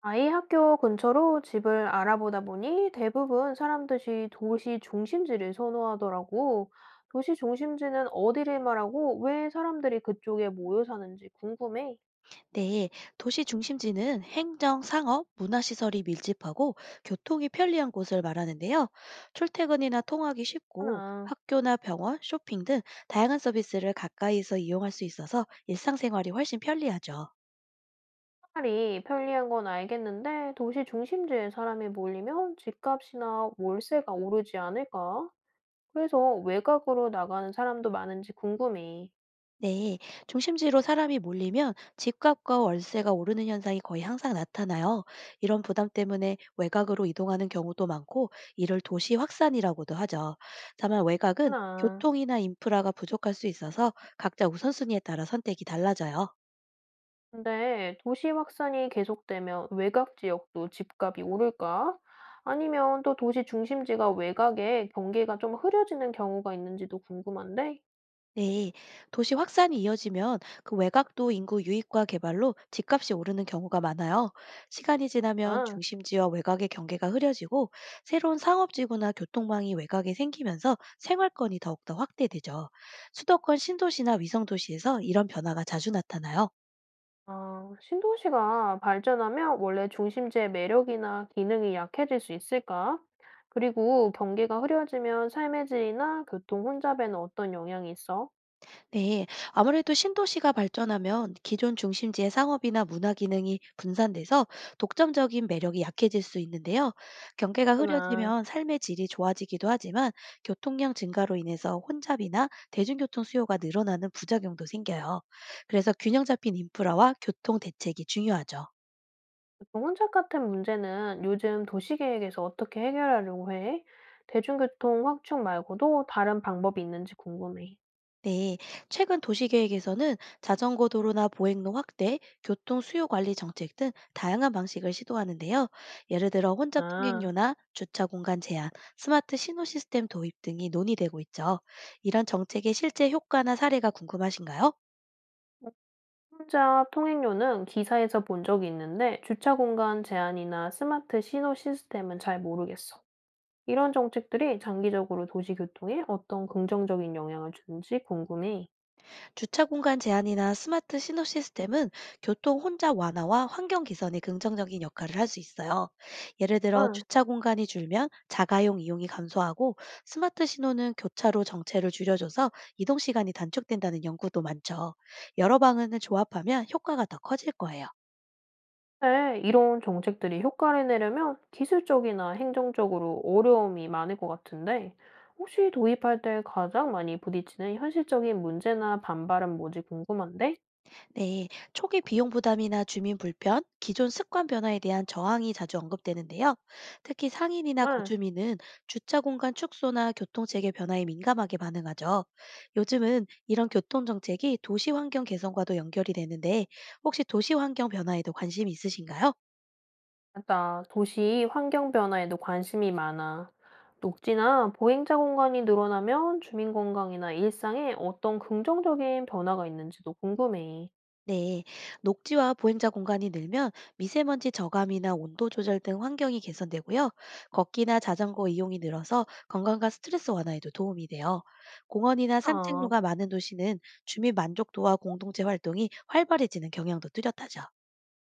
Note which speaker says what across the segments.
Speaker 1: 아이 학교 근처로 집을 알아보다 보니 대부분 사람들이 도시 중심지를 선호하더라고. 도시 중심지는 어디를 말하고 왜 사람들이 그쪽에 모여 사는지 궁금해.
Speaker 2: 네, 도시 중심지는 행정, 상업, 문화시설이 밀집하고 교통이 편리한 곳을 말하는데요. 출퇴근이나 통하기 쉽고
Speaker 1: 하나.
Speaker 2: 학교나 병원, 쇼핑 등 다양한 서비스를 가까이서 이용할 수 있어서 일상생활이 훨씬 편리하죠.
Speaker 1: 차라리 편리한 건 알겠는데 도시 중심지에 사람이 몰리면 집값이나 월세가 오르지 않을까? 그래서 외곽으로 나가는 사람도 많은지 궁금해.
Speaker 2: 네, 중심지로 사람이 몰리면 집값과 월세가 오르는 현상이 거의 항상 나타나요. 이런 부담 때문에 외곽으로 이동하는 경우도 많고, 이를 도시 확산이라고도 하죠. 다만 외곽은
Speaker 1: 하나.
Speaker 2: 교통이나 인프라가 부족할 수 있어서 각자 우선순위에 따라 선택이 달라져요.
Speaker 1: 근데 도시 확산이 계속되면 외곽 지역도 집값이 오를까? 아니면 또 도시 중심지가 외곽에 경계가 좀 흐려지는 경우가 있는지도 궁금한데,
Speaker 2: 네, 도시 확산이 이어지면 그 외곽도 인구 유입과 개발로 집값이 오르는 경우가 많아요. 시간이 지나면
Speaker 1: 아,
Speaker 2: 중심 지역 외곽의 경계가 흐려지고 새로운 상업지구나 교통망이 외곽에 생기면서 생활권이 더욱더 확대되죠. 수도권 신도시나 위성도시에서 이런 변화가 자주 나타나요.
Speaker 1: 신도시가 발전하면 원래 중심지의 매력이나 기능이 약해질 수 있을까? 그리고 경계가 흐려지면 삶의 질이나 교통 혼잡에는 어떤 영향이 있어?
Speaker 2: 네, 아무래도 신도시가 발전하면 기존 중심지의 상업이나 문화 기능이 분산돼서 독점적인 매력이 약해질 수 있는데요. 경계가
Speaker 1: 구나.
Speaker 2: 흐려지면 삶의 질이 좋아지기도 하지만 교통량 증가로 인해서 혼잡이나 대중교통 수요가 늘어나는 부작용도 생겨요. 그래서 균형 잡힌 인프라와 교통 대책이 중요하죠.
Speaker 1: 혼잡 같은 문제는 요즘 도시계획에서 어떻게 해결하려고 해? 대중교통 확충 말고도 다른 방법이 있는지 궁금해.
Speaker 2: 네, 최근 도시계획에서는 자전거 도로나 보행로 확대, 교통 수요 관리 정책 등 다양한 방식을 시도하는데요. 예를 들어 혼잡
Speaker 1: 아,
Speaker 2: 통행료나 주차 공간 제한, 스마트 신호 시스템 도입 등이 논의되고 있죠. 이런 정책의 실제 효과나 사례가 궁금하신가요?
Speaker 1: 혼잡 통행료는 기사에서 본 적이 있는데 주차 공간 제한이나 스마트 신호 시스템은 잘 모르겠어. 이런 정책들이 장기적으로 도시교통에 어떤 긍정적인 영향을 주는지 궁금해.
Speaker 2: 주차 공간 제한이나 스마트 신호 시스템은 교통 혼잡 완화와 환경 개선에 긍정적인 역할을 할 수 있어요. 예를 들어
Speaker 1: 아.
Speaker 2: 주차 공간이 줄면 자가용 이용이 감소하고 스마트 신호는 교차로 정체를 줄여줘서 이동 시간이 단축된다는 연구도 많죠. 여러 방안을 조합하면 효과가 더 커질 거예요.
Speaker 1: 네, 이런 정책들이 효과를 내려면 기술적이나 행정적으로 어려움이 많을 것 같은데, 혹시 도입할 때 가장 많이 부딪히는 현실적인 문제나 반발은 뭐지 궁금한데?
Speaker 2: 네, 초기 비용 부담이나 주민 불편, 기존 습관 변화에 대한 저항이 자주 언급되는데요. 특히 상인이나
Speaker 1: 아,
Speaker 2: 거주민은 주차 공간 축소나 교통 체계 변화에 민감하게 반응하죠. 요즘은 이런 교통 정책이 도시 환경 개선과도 연결이 되는데 혹시 도시 환경 변화에도 관심이 있으신가요?
Speaker 1: 맞다. 도시 환경 변화에도 관심이 많아. 녹지나 보행자 공간이 늘어나면 주민 건강이나 일상에 어떤 긍정적인 변화가 있는지도 궁금해.
Speaker 2: 네, 녹지와 보행자 공간이 늘면 미세먼지 저감이나 온도 조절 등 환경이 개선되고요. 걷기나 자전거 이용이 늘어서 건강과 스트레스 완화에도 도움이 돼요. 공원이나
Speaker 1: 아.
Speaker 2: 산책로가 많은 도시는 주민 만족도와 공동체 활동이 활발해지는 경향도 뚜렷하죠.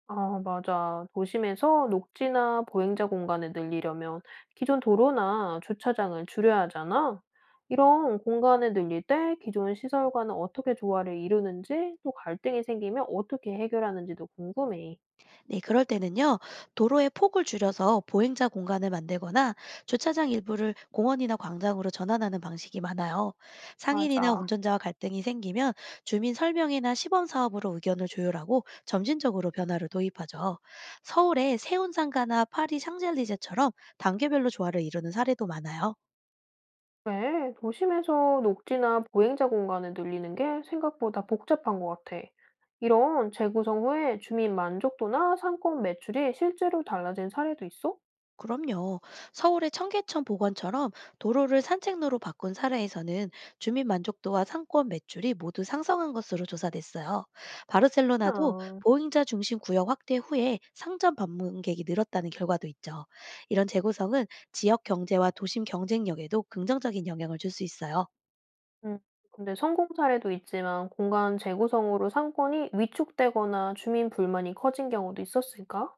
Speaker 1: 아 맞아. 도심에서 녹지나 보행자 공간을 늘리려면 기존 도로나 주차장을 줄여야 하잖아. 이런 공간을 늘릴 때 기존 시설과는 어떻게 조화를 이루는지, 또 갈등이 생기면 어떻게 해결하는지도 궁금해.
Speaker 2: 네, 그럴 때는요, 도로의 폭을 줄여서 보행자 공간을 만들거나 주차장 일부를 공원이나 광장으로 전환하는 방식이 많아요. 상인이나
Speaker 1: 맞아.
Speaker 2: 운전자와 갈등이 생기면 주민 설명이나 시범 사업으로 의견을 조율하고 점진적으로 변화를 도입하죠. 서울의 세운상가나 파리 샹젤리제처럼 단계별로 조화를 이루는 사례도 많아요.
Speaker 1: 왜 도심에서 녹지나 보행자 공간을 늘리는 게 생각보다 복잡한 것 같아. 이런 재구성 후에 주민 만족도나 상권 매출이 실제로 달라진 사례도 있어?
Speaker 2: 그럼요. 서울의 청계천 복원처럼 도로를 산책로로 바꾼 사례에서는 주민 만족도와 상권 매출이 모두 상승한 것으로 조사됐어요. 바르셀로나도
Speaker 1: 아.
Speaker 2: 보행자 중심 구역 확대 후에 상점 방문객이 늘었다는 결과도 있죠. 이런 재구성은 지역 경제와 도심 경쟁력에도 긍정적인 영향을 줄 수 있어요.
Speaker 1: 음. 근데 성공 사례도 있지만 공간 재구성으로 상권이 위축되거나 주민 불만이 커진 경우도 있었을까?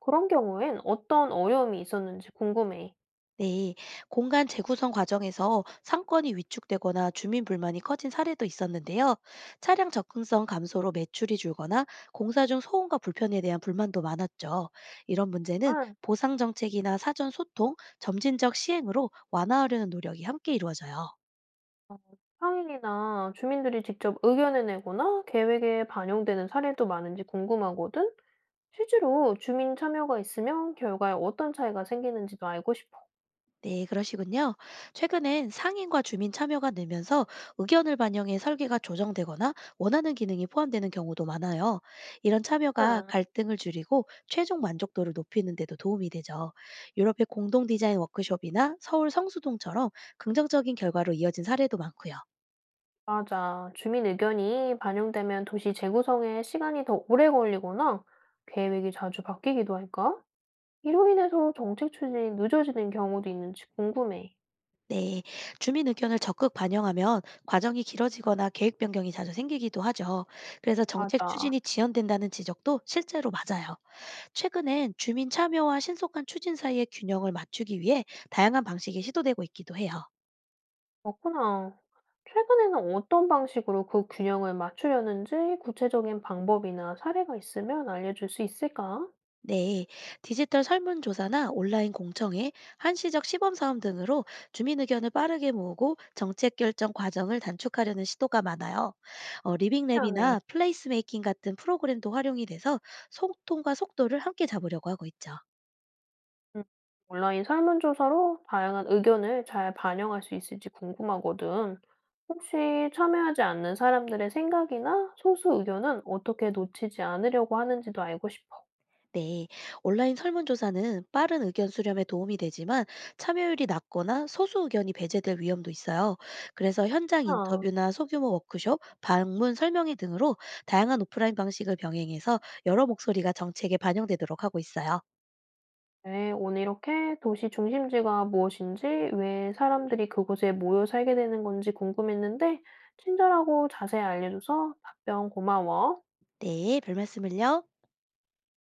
Speaker 1: 그런 경우엔 어떤 어려움이 있었는지 궁금해.
Speaker 2: 네, 공간 재구성 과정에서 상권이 위축되거나 주민 불만이 커진 사례도 있었는데요. 차량 접근성 감소로 매출이 줄거나 공사 중 소음과 불편에 대한 불만도 많았죠. 이런 문제는
Speaker 1: 아,
Speaker 2: 보상 정책이나 사전 소통, 점진적 시행으로 완화하려는 노력이 함께 이루어져요.
Speaker 1: 어, 상인이나 주민들이 직접 의견을 내거나 계획에 반영되는 사례도 많은지 궁금하거든? 실제로 주민 참여가 있으면 결과에 어떤 차이가 생기는지도 알고 싶어.
Speaker 2: 네, 그러시군요. 최근엔 상인과 주민 참여가 늘면서 의견을 반영해 설계가 조정되거나 원하는 기능이 포함되는 경우도 많아요. 이런 참여가 갈등을 줄이고 최종 만족도를 높이는 데도 도움이 되죠. 유럽의 공동 디자인 워크숍이나 서울 성수동처럼 긍정적인 결과로 이어진 사례도 많고요.
Speaker 1: 맞아. 주민 의견이 반영되면 도시 재구성에 시간이 더 오래 걸리거나 계획이 자주 바뀌기도 할까? 이로 인해서 정책 추진이 늦어지는 경우도 있는지 궁금해.
Speaker 2: 네, 주민 의견을 적극 반영하면 과정이 길어지거나 계획 변경이 자주 생기기도 하죠. 그래서 정책
Speaker 1: 맞아.
Speaker 2: 추진이 지연된다는 지적도 실제로 맞아요. 최근엔 주민 참여와 신속한 추진 사이의 균형을 맞추기 위해 다양한 방식이 시도되고 있기도 해요.
Speaker 1: 그렇구나. 최근에는 어떤 방식으로 그 균형을 맞추려는지 구체적인 방법이나 사례가 있으면 알려줄 수 있을까?
Speaker 2: 네, 디지털 설문조사나 온라인 공청회, 한시적 시범사업 등으로 주민 의견을 빠르게 모으고 정책 결정 과정을 단축하려는 시도가 많아요.
Speaker 1: 미안해.
Speaker 2: 리빙랩이나 플레이스메이킹 같은 프로그램도 활용이 돼서 소통과 속도를 함께 잡으려고 하고 있죠.
Speaker 1: 음. 온라인 설문조사로 다양한 의견을 잘 반영할 수 있을지 궁금하거든. 혹시 참여하지 않는 사람들의 생각이나 소수 의견은 어떻게 놓치지 않으려고 하는지도 알고 싶어.
Speaker 2: 네, 온라인 설문조사는 빠른 의견 수렴에 도움이 되지만 참여율이 낮거나 소수 의견이 배제될 위험도 있어요. 그래서 현장
Speaker 1: 아,
Speaker 2: 인터뷰나 소규모 워크숍, 방문 설명회 등으로 다양한 오프라인 방식을 병행해서 여러 목소리가 정책에 반영되도록 하고 있어요.
Speaker 1: 네, 오늘 이렇게 도시 중심지가 무엇인지, 왜 사람들이 그곳에 모여 살게 되는 건지 궁금했는데, 친절하고 자세히 알려줘서 답변 고마워.
Speaker 2: 네, 별 말씀을요.